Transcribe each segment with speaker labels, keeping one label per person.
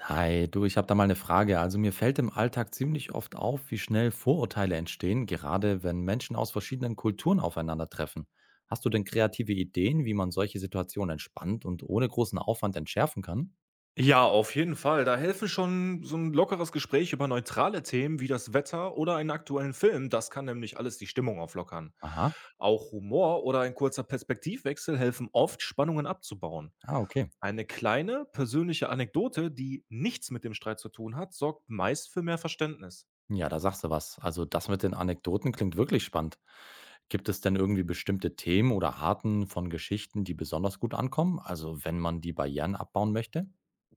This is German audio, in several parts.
Speaker 1: Hi, du, ich habe da mal eine Frage. Also mir fällt im Alltag ziemlich oft auf, wie schnell Vorurteile entstehen, gerade wenn Menschen aus verschiedenen Kulturen aufeinandertreffen. Hast du denn kreative Ideen, wie man solche Situationen entspannt und ohne großen Aufwand entschärfen kann?
Speaker 2: Ja, auf jeden Fall. Da helfen schon so ein lockeres Gespräch über neutrale Themen wie das Wetter oder einen aktuellen Film. Das kann nämlich alles die Stimmung auflockern.
Speaker 1: Aha,
Speaker 2: Auch Humor oder ein kurzer Perspektivwechsel helfen oft, Spannungen abzubauen.
Speaker 1: ah, okay.
Speaker 2: Eine kleine persönliche Anekdote, die nichts mit dem Streit zu tun hat, sorgt meist für mehr Verständnis.
Speaker 1: Ja, da sagst du was. Also das mit den Anekdoten klingt wirklich spannend. Gibt es denn irgendwie bestimmte Themen oder Arten von Geschichten, die besonders gut ankommen? Also wenn man die Barrieren abbauen möchte?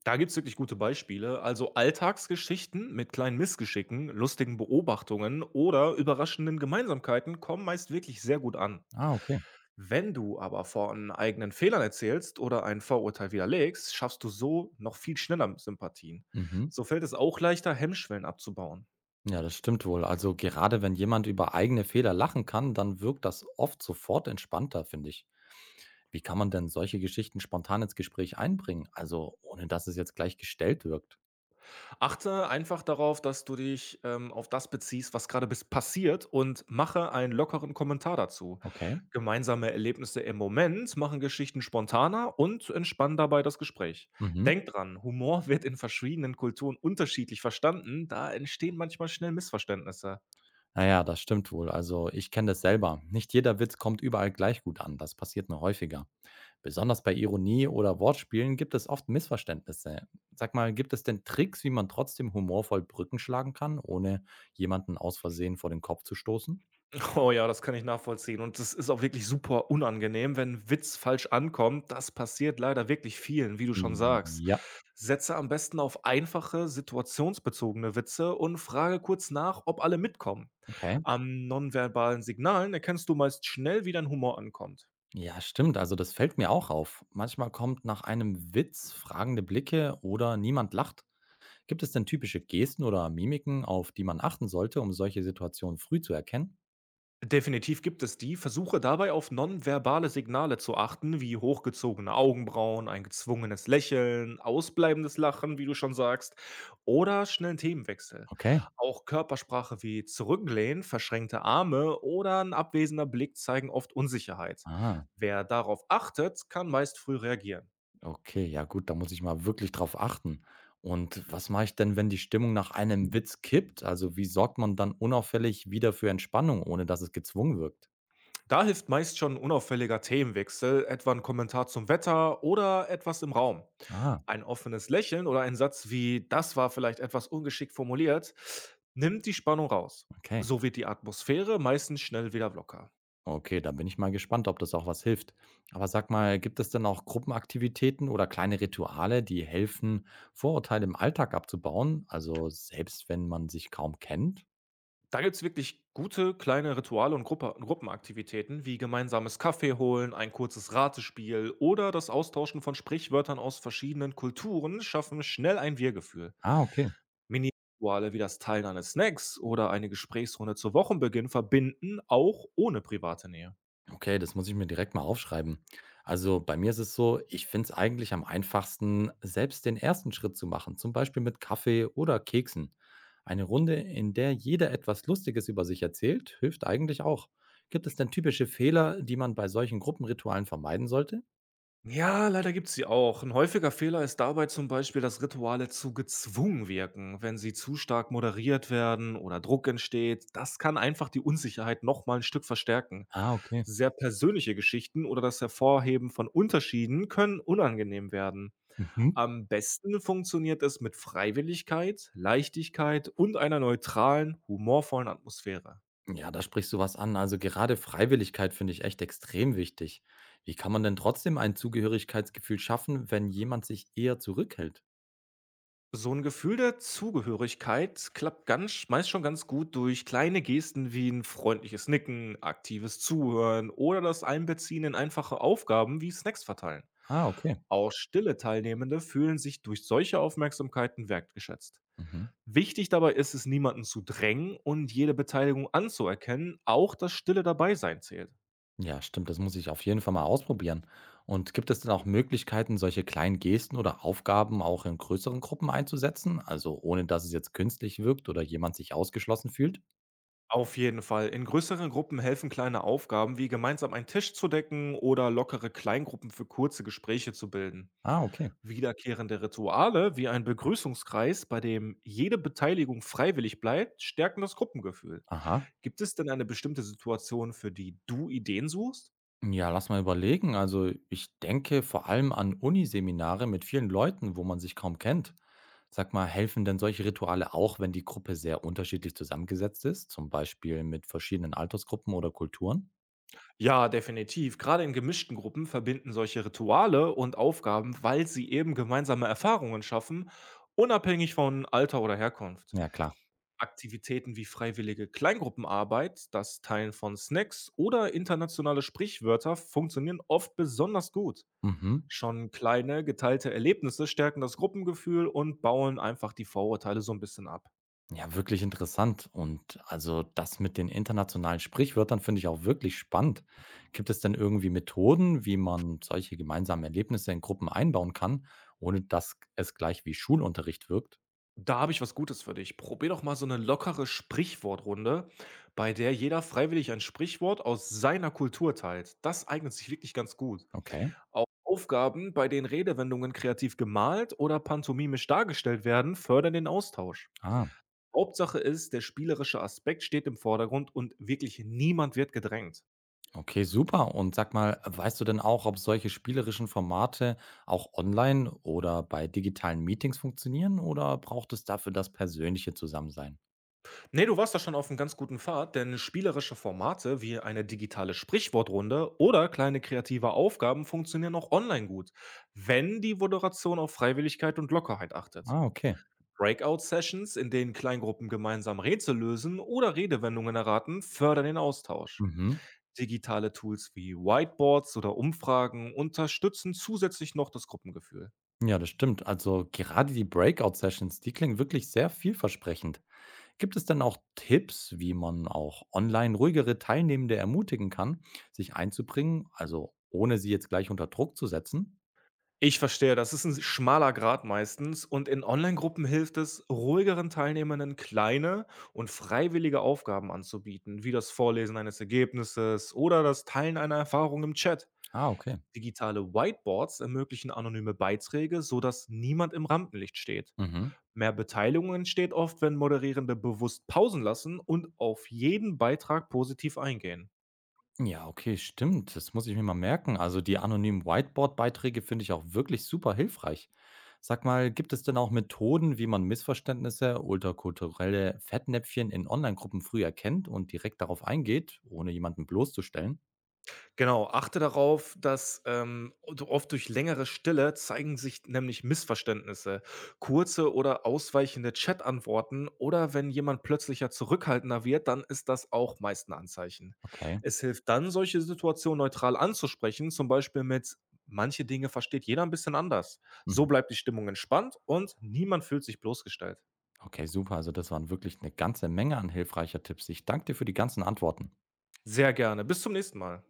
Speaker 2: Da gibt's wirklich gute Beispiele, also Alltagsgeschichten mit kleinen Missgeschicken, lustigen Beobachtungen oder überraschenden Gemeinsamkeiten kommen meist wirklich sehr gut an.
Speaker 1: Ah, okay.
Speaker 2: Wenn du aber von eigenen Fehlern erzählst oder ein Vorurteil widerlegst, schaffst du so noch viel schneller Sympathien.
Speaker 1: Mhm.
Speaker 2: So fällt es auch leichter, Hemmschwellen abzubauen.
Speaker 1: Ja, das stimmt wohl. Also gerade wenn jemand über eigene Fehler lachen kann, dann wirkt das oft sofort entspannter, finde ich. Wie kann man denn solche Geschichten spontan ins Gespräch einbringen? Also ohne dass es jetzt gleich gestellt wirkt.
Speaker 2: Achte einfach darauf, dass du dich auf das beziehst, was gerade bis passiert und mache einen lockeren Kommentar dazu.
Speaker 1: Okay.
Speaker 2: Gemeinsame Erlebnisse im Moment machen Geschichten spontaner und entspannen dabei das Gespräch.
Speaker 1: Mhm.
Speaker 2: Denk dran, Humor wird in verschiedenen Kulturen unterschiedlich verstanden, da entstehen manchmal schnell Missverständnisse.
Speaker 1: Naja, das stimmt wohl. Also ich kenne das selber. Nicht jeder Witz kommt überall gleich gut an. Das passiert nur häufiger. Besonders bei Ironie oder Wortspielen gibt es oft Missverständnisse. Sag mal, gibt es denn Tricks, wie man trotzdem humorvoll Brücken schlagen kann, ohne jemanden aus Versehen vor den Kopf zu stoßen?
Speaker 2: Oh ja, das kann ich nachvollziehen. Und das ist auch wirklich super unangenehm, wenn Witz falsch ankommt. Das passiert leider wirklich vielen, wie du schon sagst.
Speaker 1: Ja,
Speaker 2: Setze am besten auf einfache, situationsbezogene Witze und frage kurz nach, ob alle mitkommen.
Speaker 1: okay.
Speaker 2: An nonverbalen Signalen erkennst du meist schnell, wie dein Humor ankommt.
Speaker 1: Ja, stimmt. Also das fällt mir auch auf. Manchmal kommt nach einem Witz fragende Blicke oder niemand lacht. Gibt es denn typische Gesten oder Mimiken, auf die man achten sollte, um solche Situationen früh zu erkennen?
Speaker 2: Definitiv gibt es die. Versuche dabei auf nonverbale Signale zu achten, wie hochgezogene Augenbrauen, ein gezwungenes Lächeln, ausbleibendes Lachen, wie du schon sagst, oder schnellen Themenwechsel.
Speaker 1: Okay.
Speaker 2: Auch Körpersprache wie Zurücklehnen, verschränkte Arme oder ein abwesender Blick zeigen oft Unsicherheit.
Speaker 1: Ah,
Speaker 2: Wer darauf achtet, kann meist früh reagieren.
Speaker 1: okay, ja gut, da muss ich mal wirklich drauf achten. Und was mache ich denn, wenn die Stimmung nach einem Witz kippt? Also wie sorgt man dann unauffällig wieder für Entspannung, ohne dass es gezwungen wirkt?
Speaker 2: Da hilft meist schon ein unauffälliger Themenwechsel, etwa ein Kommentar zum Wetter oder etwas im Raum.
Speaker 1: Ah.
Speaker 2: Ein offenes Lächeln oder ein Satz wie das war vielleicht etwas ungeschickt formuliert nimmt die Spannung raus.
Speaker 1: Okay.
Speaker 2: So wird die Atmosphäre meistens schnell wieder locker.
Speaker 1: Okay, da bin ich mal gespannt, ob das auch was hilft. Aber sag mal, gibt es denn auch Gruppenaktivitäten oder kleine Rituale, die helfen, Vorurteile im Alltag abzubauen? Also selbst wenn man sich kaum kennt?
Speaker 2: Da gibt es wirklich gute kleine Rituale und Gruppenaktivitäten wie gemeinsames Kaffee holen, ein kurzes Ratespiel oder das Austauschen von Sprichwörtern aus verschiedenen Kulturen schaffen schnell ein Wir-Gefühl.
Speaker 1: Ah, okay.
Speaker 2: Mini-Rituale wie das Teilen eines Snacks oder eine Gesprächsrunde zu Wochenbeginn verbinden, auch ohne private Nähe.
Speaker 1: Okay, das muss ich mir direkt mal aufschreiben. Also bei mir ist es so, ich finde es eigentlich am einfachsten, selbst den ersten Schritt zu machen, zum Beispiel mit Kaffee oder Keksen. Eine Runde, in der jeder etwas Lustiges über sich erzählt, hilft eigentlich auch. Gibt es denn typische Fehler, die man bei solchen Gruppenritualen vermeiden sollte?
Speaker 2: Ja, leider gibt's sie auch. Ein häufiger Fehler ist dabei zum Beispiel, dass Rituale zu gezwungen wirken, wenn sie zu stark moderiert werden oder Druck entsteht. Das kann einfach die Unsicherheit nochmal ein Stück verstärken.
Speaker 1: Ah, okay.
Speaker 2: Sehr persönliche Geschichten oder das Hervorheben von Unterschieden können unangenehm werden.
Speaker 1: Mhm.
Speaker 2: Am besten funktioniert es mit Freiwilligkeit, Leichtigkeit und einer neutralen, humorvollen Atmosphäre.
Speaker 1: Ja, da sprichst du was an. Also gerade Freiwilligkeit finde ich echt extrem wichtig. Wie kann man denn trotzdem ein Zugehörigkeitsgefühl schaffen, wenn jemand sich eher zurückhält?
Speaker 2: So ein Gefühl der Zugehörigkeit klappt ganz sch meist schon ganz gut durch kleine Gesten wie ein freundliches Nicken, aktives Zuhören oder das Einbeziehen in einfache Aufgaben wie Snacks verteilen.
Speaker 1: Ah, okay.
Speaker 2: Auch stille Teilnehmende fühlen sich durch solche Aufmerksamkeiten wertgeschätzt.
Speaker 1: Mhm.
Speaker 2: Wichtig dabei ist es, niemanden zu drängen und jede Beteiligung anzuerkennen, auch das stille Dabeisein zählt.
Speaker 1: Ja, stimmt, das muss ich auf jeden Fall mal ausprobieren. Und gibt es denn auch Möglichkeiten, solche kleinen Gesten oder Aufgaben auch in größeren Gruppen einzusetzen? Also ohne dass es jetzt künstlich wirkt oder jemand sich ausgeschlossen fühlt?
Speaker 2: Auf jeden Fall. In größeren Gruppen helfen kleine Aufgaben, wie gemeinsam einen Tisch zu decken oder lockere Kleingruppen für kurze Gespräche zu bilden.
Speaker 1: Ah, okay.
Speaker 2: Wiederkehrende Rituale wie ein Begrüßungskreis, bei dem jede Beteiligung freiwillig bleibt, stärken das Gruppengefühl.
Speaker 1: Aha.
Speaker 2: Gibt es denn eine bestimmte Situation, für die du Ideen suchst?
Speaker 1: Ja, lass mal überlegen. Also ich denke vor allem an Uniseminare mit vielen Leuten, wo man sich kaum kennt. Sag mal, helfen denn solche Rituale auch, wenn die Gruppe sehr unterschiedlich zusammengesetzt ist, zum Beispiel mit verschiedenen Altersgruppen oder Kulturen?
Speaker 2: Ja, definitiv. Gerade in gemischten Gruppen verbinden solche Rituale und Aufgaben, weil sie eben gemeinsame Erfahrungen schaffen, unabhängig von Alter oder Herkunft.
Speaker 1: Ja, klar.
Speaker 2: Aktivitäten wie freiwillige Kleingruppenarbeit, das Teilen von Snacks oder internationale Sprichwörter funktionieren oft besonders gut.
Speaker 1: Mhm.
Speaker 2: Schon kleine, geteilte Erlebnisse stärken das Gruppengefühl und bauen einfach die Vorurteile so ein bisschen ab.
Speaker 1: Ja, wirklich interessant. Und also das mit den internationalen Sprichwörtern finde ich auch wirklich spannend. Gibt es denn irgendwie Methoden, wie man solche gemeinsamen Erlebnisse in Gruppen einbauen kann, ohne dass es gleich wie Schulunterricht wirkt?
Speaker 2: Da habe ich was Gutes für dich. Probier doch mal so eine lockere Sprichwortrunde, bei der jeder freiwillig ein Sprichwort aus seiner Kultur teilt. Das eignet sich wirklich ganz gut.
Speaker 1: Okay.
Speaker 2: Auch Aufgaben, bei denen Redewendungen kreativ gemalt oder pantomimisch dargestellt werden, fördern den Austausch.
Speaker 1: Ah.
Speaker 2: Hauptsache ist, der spielerische Aspekt steht im Vordergrund und wirklich niemand wird gedrängt.
Speaker 1: Okay, super. Und sag mal, weißt du denn auch, ob solche spielerischen Formate auch online oder bei digitalen Meetings funktionieren oder braucht es dafür das persönliche Zusammensein?
Speaker 2: Ne, du warst da schon auf einem ganz guten Pfad, denn spielerische Formate wie eine digitale Sprichwortrunde oder kleine kreative Aufgaben funktionieren auch online gut, wenn die Moderation auf Freiwilligkeit und Lockerheit achtet.
Speaker 1: Ah, okay.
Speaker 2: Breakout-Sessions, in denen Kleingruppen gemeinsam Rätsel lösen oder Redewendungen erraten, fördern den Austausch.
Speaker 1: Mhm.
Speaker 2: Digitale Tools wie Whiteboards oder Umfragen unterstützen zusätzlich noch das Gruppengefühl.
Speaker 1: Ja, das stimmt. Also gerade die Breakout-Sessions, die klingen wirklich sehr vielversprechend. Gibt es denn auch Tipps, wie man auch online ruhigere Teilnehmende ermutigen kann, sich einzubringen, also ohne sie jetzt gleich unter Druck zu setzen?
Speaker 2: Ich verstehe, das ist ein schmaler Grat meistens und in Online-Gruppen hilft es, ruhigeren Teilnehmenden kleine und freiwillige Aufgaben anzubieten, wie das Vorlesen eines Ergebnisses oder das Teilen einer Erfahrung im Chat.
Speaker 1: Ah, okay.
Speaker 2: Digitale Whiteboards ermöglichen anonyme Beiträge, sodass niemand im Rampenlicht steht.
Speaker 1: Mhm.
Speaker 2: Mehr Beteiligung entsteht oft, wenn Moderierende bewusst Pausen lassen und auf jeden Beitrag positiv eingehen.
Speaker 1: Ja, okay, stimmt. Das muss ich mir mal merken. Also die anonymen Whiteboard-Beiträge finde ich auch wirklich super hilfreich. Sag mal, gibt es denn auch Methoden, wie man Missverständnisse oder kulturelle Fettnäpfchen in Online-Gruppen früh erkennt und direkt darauf eingeht, ohne jemanden bloßzustellen?
Speaker 2: Genau, achte darauf, dass du oft durch längere Stille zeigen sich nämlich Missverständnisse. Kurze oder ausweichende Chat-Antworten oder wenn jemand plötzlicher zurückhaltender wird, dann ist das auch meist ein Anzeichen.
Speaker 1: Okay.
Speaker 2: Es hilft dann, solche Situationen neutral anzusprechen, zum Beispiel mit: „Manche Dinge versteht jeder ein bisschen anders.“ So
Speaker 1: Mhm.
Speaker 2: bleibt die Stimmung entspannt und niemand fühlt sich bloßgestellt.
Speaker 1: Okay, super. Also das waren wirklich eine ganze Menge an hilfreicher Tipps. Ich danke dir für die ganzen Antworten.
Speaker 2: Sehr gerne. Bis zum nächsten Mal.